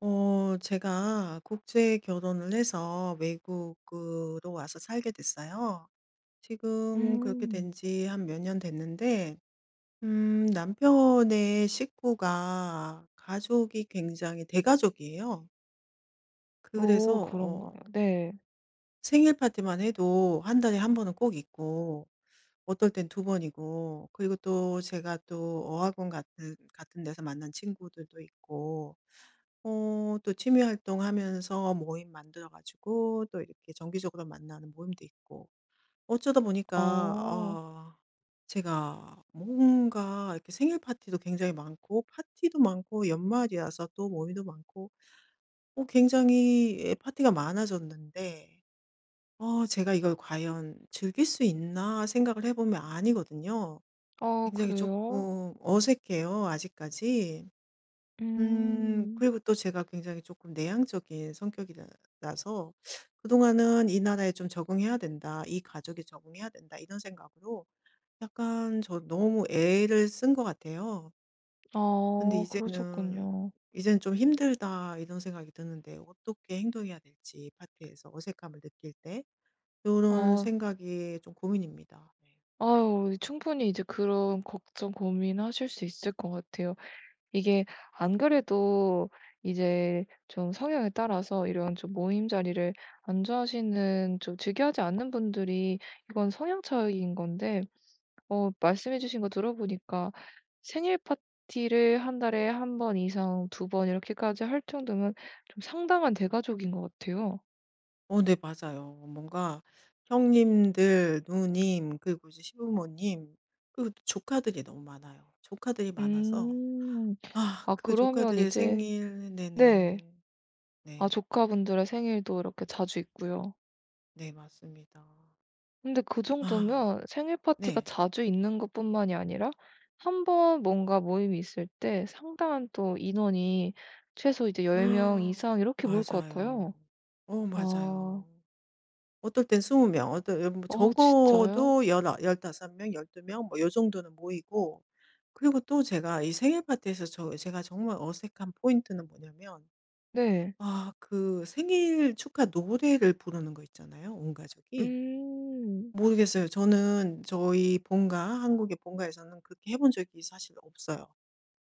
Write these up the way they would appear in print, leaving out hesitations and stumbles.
제가 국제 결혼을 해서 외국으로 와서 살게 됐어요. 지금 그렇게 음. 된 지 한 몇 년 됐는데 남편의 식구가 가족이 굉장히 대가족이에요. 그래서 오 그런가요? 네. 생일 파티만 해도 한 달에 한 번은 꼭 있고 어떨 땐 두 번이고, 그리고 또 제가 또 어학원 같은 데서 만난 친구들도 있고 또 취미 활동하면서 모임 만들어 가지고 또 이렇게 정기적으로 만나는 모임도 있고, 어쩌다 보니까 아. 제가 뭔가 이렇게 생일 파티도 굉장히 많고 파티도 많고 연말이라서 또 모임도 많고 굉장히, 예, 파티가 많아졌는데 제가 이걸 '과연 즐길 수 있나?' 생각을 해 보면 아니거든요. 아 굉장히 그래요? 조금 어색해요, 아직까지. 음. 그리고 또 제가 굉장히 조금 내향적인 성격이라 서 그동안은 '이 나라에 좀 적응해야 된다. 이 가족에 적응해야 된다.' 이런 생각으로 약간 저 너무 애를 쓴 것 같아요. 근데 아 이제는 그러셨군요. '이제는 좀 힘들다.' 이런 생각이 드는데 어떻게 행동해야 될지, 파티에서 어색함을 느낄 때 이런 아. 생각이 좀 고민입니다. 네. 아유 충분히 이제 그런 걱정 고민하실 수 있을 것 같아요. 이게, 안 그래도 이제 좀 성향에 따라서 이런 좀 모임 자리를 안 좋아하시는 좀 즐겨하지 않는 분들이 이건 성향 차이인 건데 말씀해 주신 거 들어보니까 생일 파티를 한 달에 한 번 이상 두 번 이렇게까지 할 정도면 좀 상당한 대가족인 것 같아요. 네, 맞아요. 뭔가 형님들, 누님, 그리고 이제 시부모님, 그리고 또 조카들이 너무 많아요. 조카들이 많아서 음. 아, 아 그 그러면 조카들의 이제 생일. 네. 네네. 아 네. 조카분들의 생일도 이렇게 자주 있고요. 네, 맞습니다. 근데 그 아, 정도면 생일 파티가 네. 자주 있는 것뿐만이 아니라 한 번 뭔가 모임이 있을 때 상당한 또 인원이 최소 이제 10명 이상 이렇게 모일 것 맞아요. 같아요. 아. 맞아요. 어떨 땐 20명 명, 어떨, 예, 뭐 어 진짜요? 적어도 열아 15명 명, 12명 뭐 요 정도는 모이고. 그리고 또 제가 이 생일 파티에서 제가 정말 어색한 포인트는 뭐냐면 네. 아, 그 생일 축하 노래를 부르는 거 있잖아요, 온 가족이. 음. 모르겠어요. 저는 저희 본가, 한국의 본가에서는 그렇게 해본 적이 사실 없어요.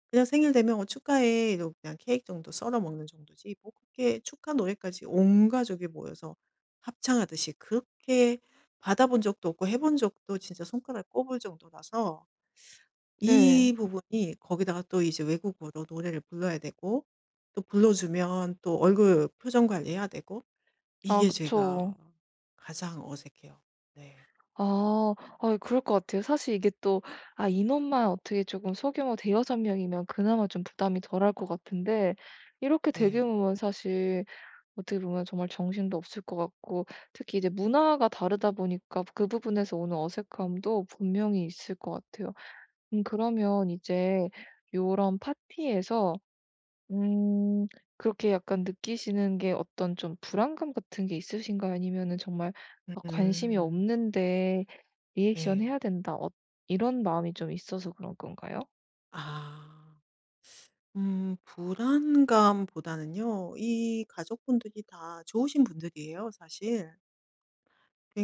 그냥 생일 되면 "어, 축하해." 이러고 그냥 케이크 정도 썰어 먹는 정도지, 뭐 그렇게 축하 노래까지 온 가족이 모여서 합창하듯이, 그렇게 받아 본 적도 없고 해본 적도 진짜 손가락 꼽을 정도라서, 네. 이 부분이, 거기다가 또 이제 외국어로 노래를 불러야 되고 또 불러주면 또 얼굴 표정 관리해야 되고 아 이게 제가 그쵸. 가장 어색해요. 네. 아. 아 그럴 것 같아요. 사실 이게 또 아 인원만 어떻게 조금 소규모 대여섯 명이면 그나마 좀 부담이 덜할 것 같은데 이렇게 네. 대규모면 사실 어떻게 보면 정말 정신도 없을 것 같고 특히 이제 문화가 다르다 보니까 그 부분에서 오는 어색함도 분명히 있을 것 같아요. 그러면 이제 요런 파티에서 음. 그렇게 약간 느끼시는 게 어떤 좀 불안감 같은 게 있으신가요? 아니면은 정말 '아 관심이 음. 없는데 리액션 네. 해야 된다.' 이런 마음이 좀 있어서 그런 건가요? 아. 불안감보다는요. 이 가족분들이 다 좋으신 분들이에요, 사실.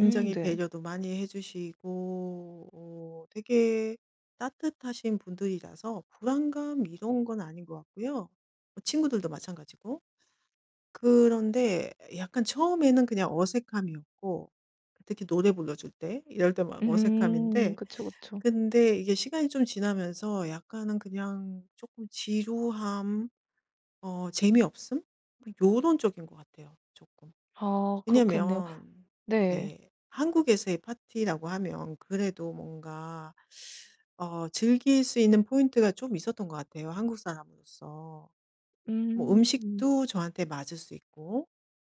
네. 배려도 많이 해 주시고 되게 따뜻하신 분들이라서 불안감 이런 건 아닌 것 같고요. 친구들도 마찬가지고. 그런데 약간 처음에는 그냥 어색함이었고, 특히 노래 불러줄 때 이럴 때 막 음. 어색함인데, 그쵸, 그쵸. 근데 이게 시간이 좀 지나면서 약간은 그냥 조금 지루함, 재미없음, 뭐 요런 쪽인 것 같아요, 조금. 아 그렇겠네요. 왜냐면 네. 네, 한국에서의 파티라고 하면 그래도 뭔가 즐길 수 있는 포인트가 좀 있었던 것 같아요, 한국 사람으로서. 뭐 음. 음식도 저한테 맞을 수 있고,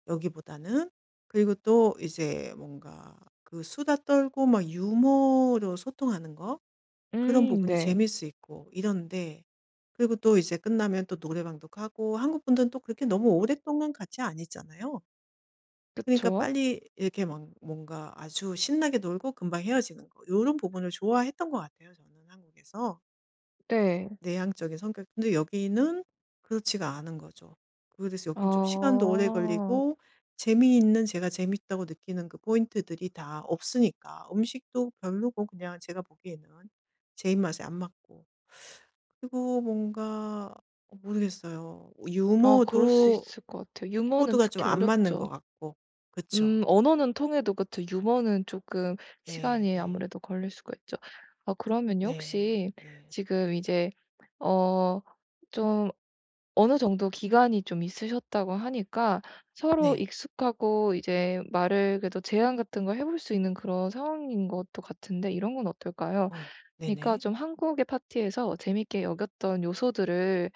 여기보다는. 그리고 또 이제 뭔가 그 수다 떨고 막 유머로 소통하는 거, 그런 부분이 재 네. 미있 있고 이런데, 그리고 또 이제 끝나면 또 노래방도 가고. 한국 분들은 또 그렇게 너무 오랫동안 같이 안 있잖아요. 그러니까 그쵸. 빨리 이렇게 막 뭔가 아주 신나게 놀고 금방 헤어지는 거, 이런 부분을 좋아했던 것 같아요, 저는 한국에서. 네. 내향적인 성격. 근데 여기는 그렇지가 않은 거죠. 그래서 여긴 좀 시간도 오래 아. 걸리고 재미있는, 제가 재밌다고 느끼는 그 포인트들이 다 없으니까, 음식도 별로고, 그냥 제가 보기에는 제 입맛에 안 맞고, 그리고 뭔가 모르겠어요. 아 그럴 수 유머도 있을 것 같아요. 유머는 코드가 좀 특히 안 맞는 어렵죠. 것 같고. 그쵸. 언어는 통해도 그쵸. 유머는 조금 네, 시간이 네, 아무래도 걸릴 수가 있죠. 아 그러면요 네, 혹시 네, 지금 이제 어 좀 어느 정도 기간이 좀 있으셨다고 하니까 서로 네, 익숙하고 이제 말을 그래도 제안 같은 걸 해볼 수 있는 그런 상황인 것도 같은데 이런 건 어떨까요? 어, 그러니까 네네. 좀 한국의 파티에서 재밌게 여겼던 요소들을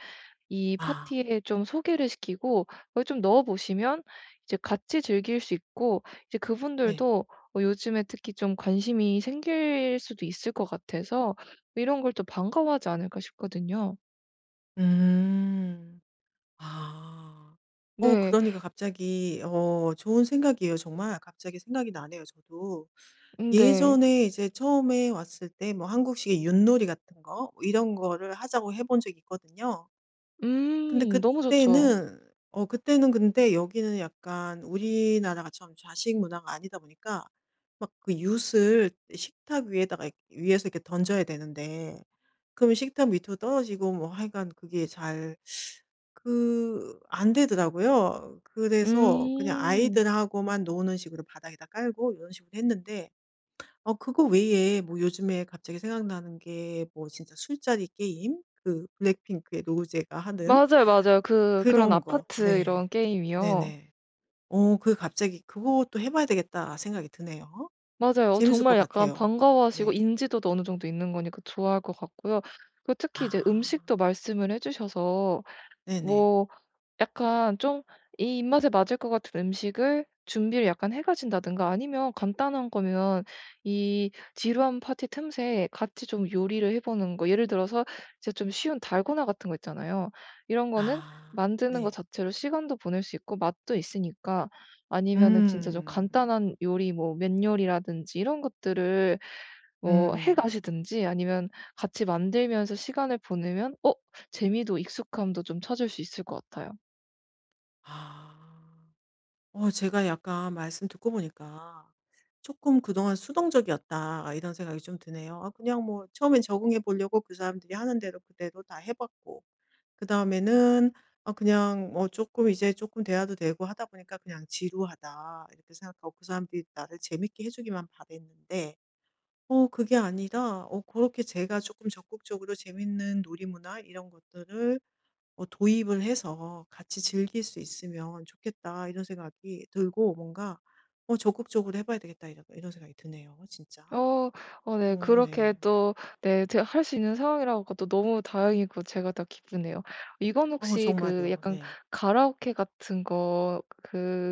이 아, 파티에 좀 소개를 시키고 거기 좀 넣어 보시면 이제 같이 즐길 수 있고 이제 네, 그분들도 요즘에 특히 좀 관심이 생길 수도 있을 것 같아서 이런 걸 또 반가워하지 않을까 싶거든요. 음. 아. 네. 그러니까 갑자기, 좋은 생각이에요, 정말. 갑자기 생각이 나네요, 저도. 네. 예전에 이제 처음에 왔을 때 뭐 한국식의 윷놀이 같은 거, 뭐 이런 거를 하자고 해본 적이 있거든요. 근데 너무 좋죠. 그때는 어 그때는 근데 여기는 약간 우리나라처럼 좌식 문화가 아니다 보니까 막 그 윷을 식탁 위에다가 이렇게- 위에서 이렇게 던져야 되는데, 그럼 식탁 밑으로 떨어지고, 뭐 하여간 그게 잘 그 안 되더라고요. 그래서 그냥 음. 아이들하고만 노는 식으로 바닥에다 깔고 이런 식으로 했는데, 그거 외에 뭐 요즘에 갑자기 생각나는 게 뭐 진짜 술자리 게임, 그 블랙핑크의 로제가 하는 맞아요, 맞아요. 그런 그런 거. 아파트 네. 이런 게임이요. 네네. 갑자기 '그것도 해 봐야 되겠다.' 생각이 드네요. 맞아요. 재밌을 것 정말 약간 같아요. 반가워하시고 네. 인지도도 어느 정도 있는 거니까 좋아할 것 같고요. 그리고 특히 이제 음식도 아. 말씀을 해 주셔서 네네. 뭐 약간 좀 이 입맛에 맞을 것 같은 음식을 준비를 약간 해 가신다든가 아니면 간단한 거면 이 지루한 파티 틈새에 같이 좀 요리를 해 보는 거 예를 들어서 진짜 좀 쉬운 달고나 같은 거 있잖아요. 이런 거는 아. 만드는 거 네. 자체로 시간도 보낼 수 있고 맛도 있으니까 아니면은 진짜 좀 음. 간단한 요리 뭐 면 요리라든지 이런 것들을 뭐 해 음. 가시든지 아니면 같이 만들면서 시간을 보내면 재미도 익숙함도 좀 찾을 수 있을 것 같아요. 아. 제가 약간 말씀 듣고 보니까 '조금 그동안 수동적이었다.' 이런 생각이 좀 드네요. 아, 그냥 뭐 처음엔 적응해 보려고 그 사람들이 하는 대로 그대로 다 해 봤고, 그다음에는 아 그냥 어 조금 이제 조금 대화도 되고 하다 보니까 그냥 '지루하다.' 이렇게 생각하고 그 사람들이 나를 재밌게 해 주기만 바랬는데, 그게 아니라 그렇게 제가 조금 적극적으로 재밌는 놀이문화 이런 것들을 도입을 해서 '같이 즐길 수 있으면 좋겠다.' 이런 생각이 들고, 뭔가 적극적으로 해 봐야 되겠다.' 이런 생각이 드네요, 진짜. 어. 어 네. 어 그렇게 네. 또 네 제가 할 수 있는 상황이라서 또 너무 다행이고 제가 더 기쁘네요. 이건 어 혹시 그 정말요. 약간 네. 가라오케 같은 거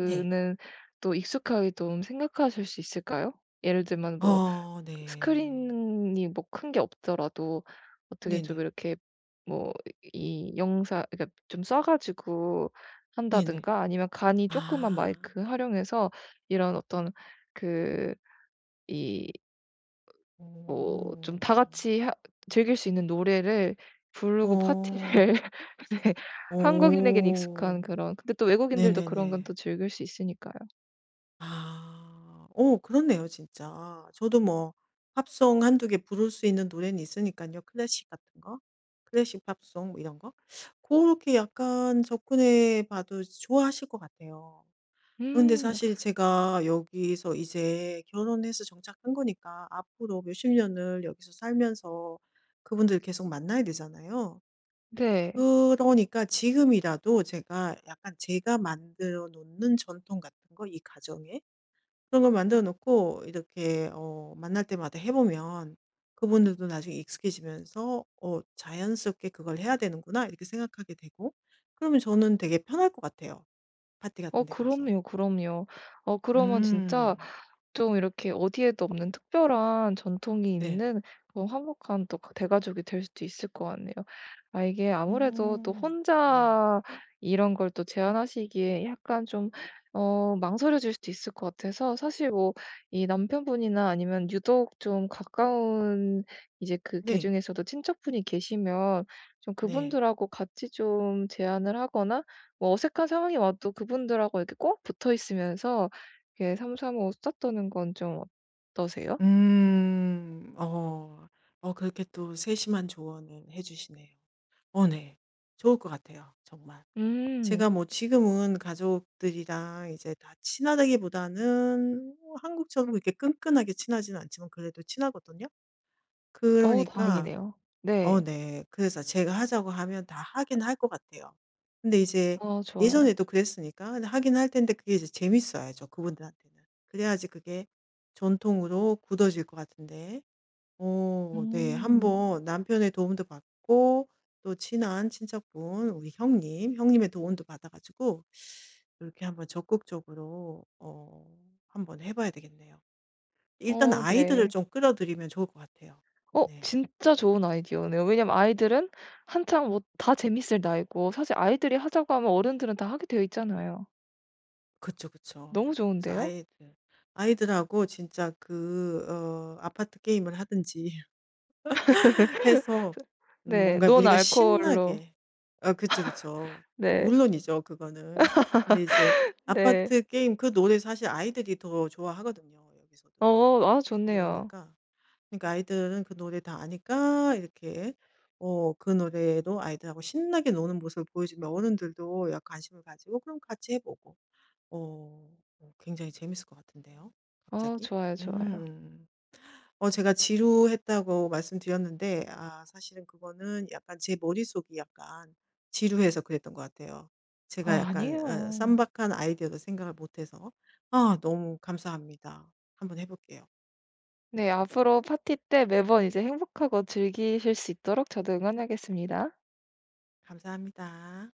네. 또 익숙하게 좀 생각하실 수 있을까요? 예를 들면 뭐 어 네. 스크린이 뭐 큰 게 없더라도 어떻게 좀 네네. 이렇게 뭐 이 영상 그러니까 좀 싸 가지고 네네. 한다든가 아니면 간이 조그만 아. 마이크 활용해서 이런 어떤 그 이 뭐 오, 좀 다 같이 하 즐길 수 있는 노래를 부르고 파티를 어. 네. 한국인에겐 익숙한 오, 그런 근데 또 외국인들도 그런 건 네네네. 또 즐길 수 있으니까요. 아. 그렇네요, 진짜. 저도 뭐 팝송 한두 개 부를 수 있는 노래는 있으니깐요. 클래식 같은 거. 클래식 팝송 뭐 이런 거. 고렇게 약간 접근해 봐도 좋아하실 것 같아요. 근데 음. 사실 제가 여기서 이제 결혼해서 정착한 거니까 앞으로 몇십 년을 여기서 살면서 그분들 계속 만나야 되잖아요. 네. 그러니까 지금이라도 제가 만들어 놓는 전통 같은 거, 이 가정에 그런 걸 만들어 놓고 이렇게 만날 때마다 해 보면 그분들도 나중에 익숙해지면서 '어 자연스럽게 그걸 해야 되는구나.' 이렇게 생각하게 되고, 그러면 저는 되게 편할 것 같아요, 파티 같은 어 데 가서. 그럼요, 그럼요. 어 그러면 진짜 음. 좀 이렇게 어디에도 없는 특별한 전통이 네. 있는 그런 화목한 또 그 대가족이 될 수도 있을 것 같네요. 아 이게 아무래도 또 음. 네. 혼자 이런 걸 또 제안하시기에 약간 좀 망설여질 수도 있을 것 같아서 사실 뭐 이 남편분이나 아니면 유독 좀 가까운 이제 그 네. 계중에서도 친척분이 계시면 좀 네. 그분들하고 같이 좀 제안을 하거나 뭐 어색한 상황이 와도 그분들하고 이렇게 꼭 붙어 있으면서 이렇게 3-3-5 쓰다떠는 건 좀 어떠세요? 음. 어. 그렇게 또 세심한 조언을 해 주시네요. 어 네. 좋을 것 같아요, 정말. 음. 제가 뭐 지금은 가족들이랑 이제 다 친하다기보다는 뭐 한국처럼 그렇게 끈끈하게 친하지는 않지만 그래도 친하거든요. 어 그러니까 다행이네요. 네. 어 네. 그래서 제가 하자고 하면 다 하긴 할 것 같아요. 근데 이제 아 좋아요. 예전에도 그랬으니까. 근데 하긴 할 텐데, 그게 이제 재밌어야죠, 그분들한테는. 그래야지 그게 전통으로 굳어질 것 같은데. 어 네. 음. 한번 남편의 도움도 받고 또 친한 친척분, 우리 형님, 형님의 도움도 받아 가지고 이렇게 한번 적극적으로 한번 해 봐야 되겠네요. 일단 어 아이들을 네. 좀 끌어들이면 좋을 것 같아요. 어 네. 진짜 좋은 아이디어네요. 왜냐면 아이들은 한창 뭐 다 재밌을 나이고 사실 아이들이 하자고 하면 어른들은 다 하게 되어 있잖아요. 그쵸, 너무 그쵸. 그래서 좋은데요? 아이들하고 진짜 그 아파트 게임을 하든지 해서 네. 뭔가 논 우리가 알코올로. 신나게 아 그쵸, 그쵸. 네. 물론이죠, 그거는. 근데 이제 네. 아파트 게임 그 노래 사실 아이들이 더 좋아하거든요, 여기서도. 아 좋네요. 그러니까 그러니까 아이들은 그 노래 다 아니까 이렇게 그 노래로 아이들하고 신나게 노는 모습을 보여주면 어른들도 약 관심을 가지고 그럼 같이 해 보고. 어 어 굉장히 재밌을 것 같은데요, 아 갑자기. 좋아요, 좋아요. 음. 제가 지루했다고 말씀드렸는데 아 사실은 그거는 약간 제 머릿속이 약간 지루해서 그랬던 것 같아요. 제가 아 약간 아니에요. 쌈박한 아이디어도 생각을 못 해서. 아 너무 감사합니다. 한번 해 볼게요. 네. 앞으로 파티 때 매번 이제 행복하고 즐기실 수 있도록 저도 응원하겠습니다. 감사합니다.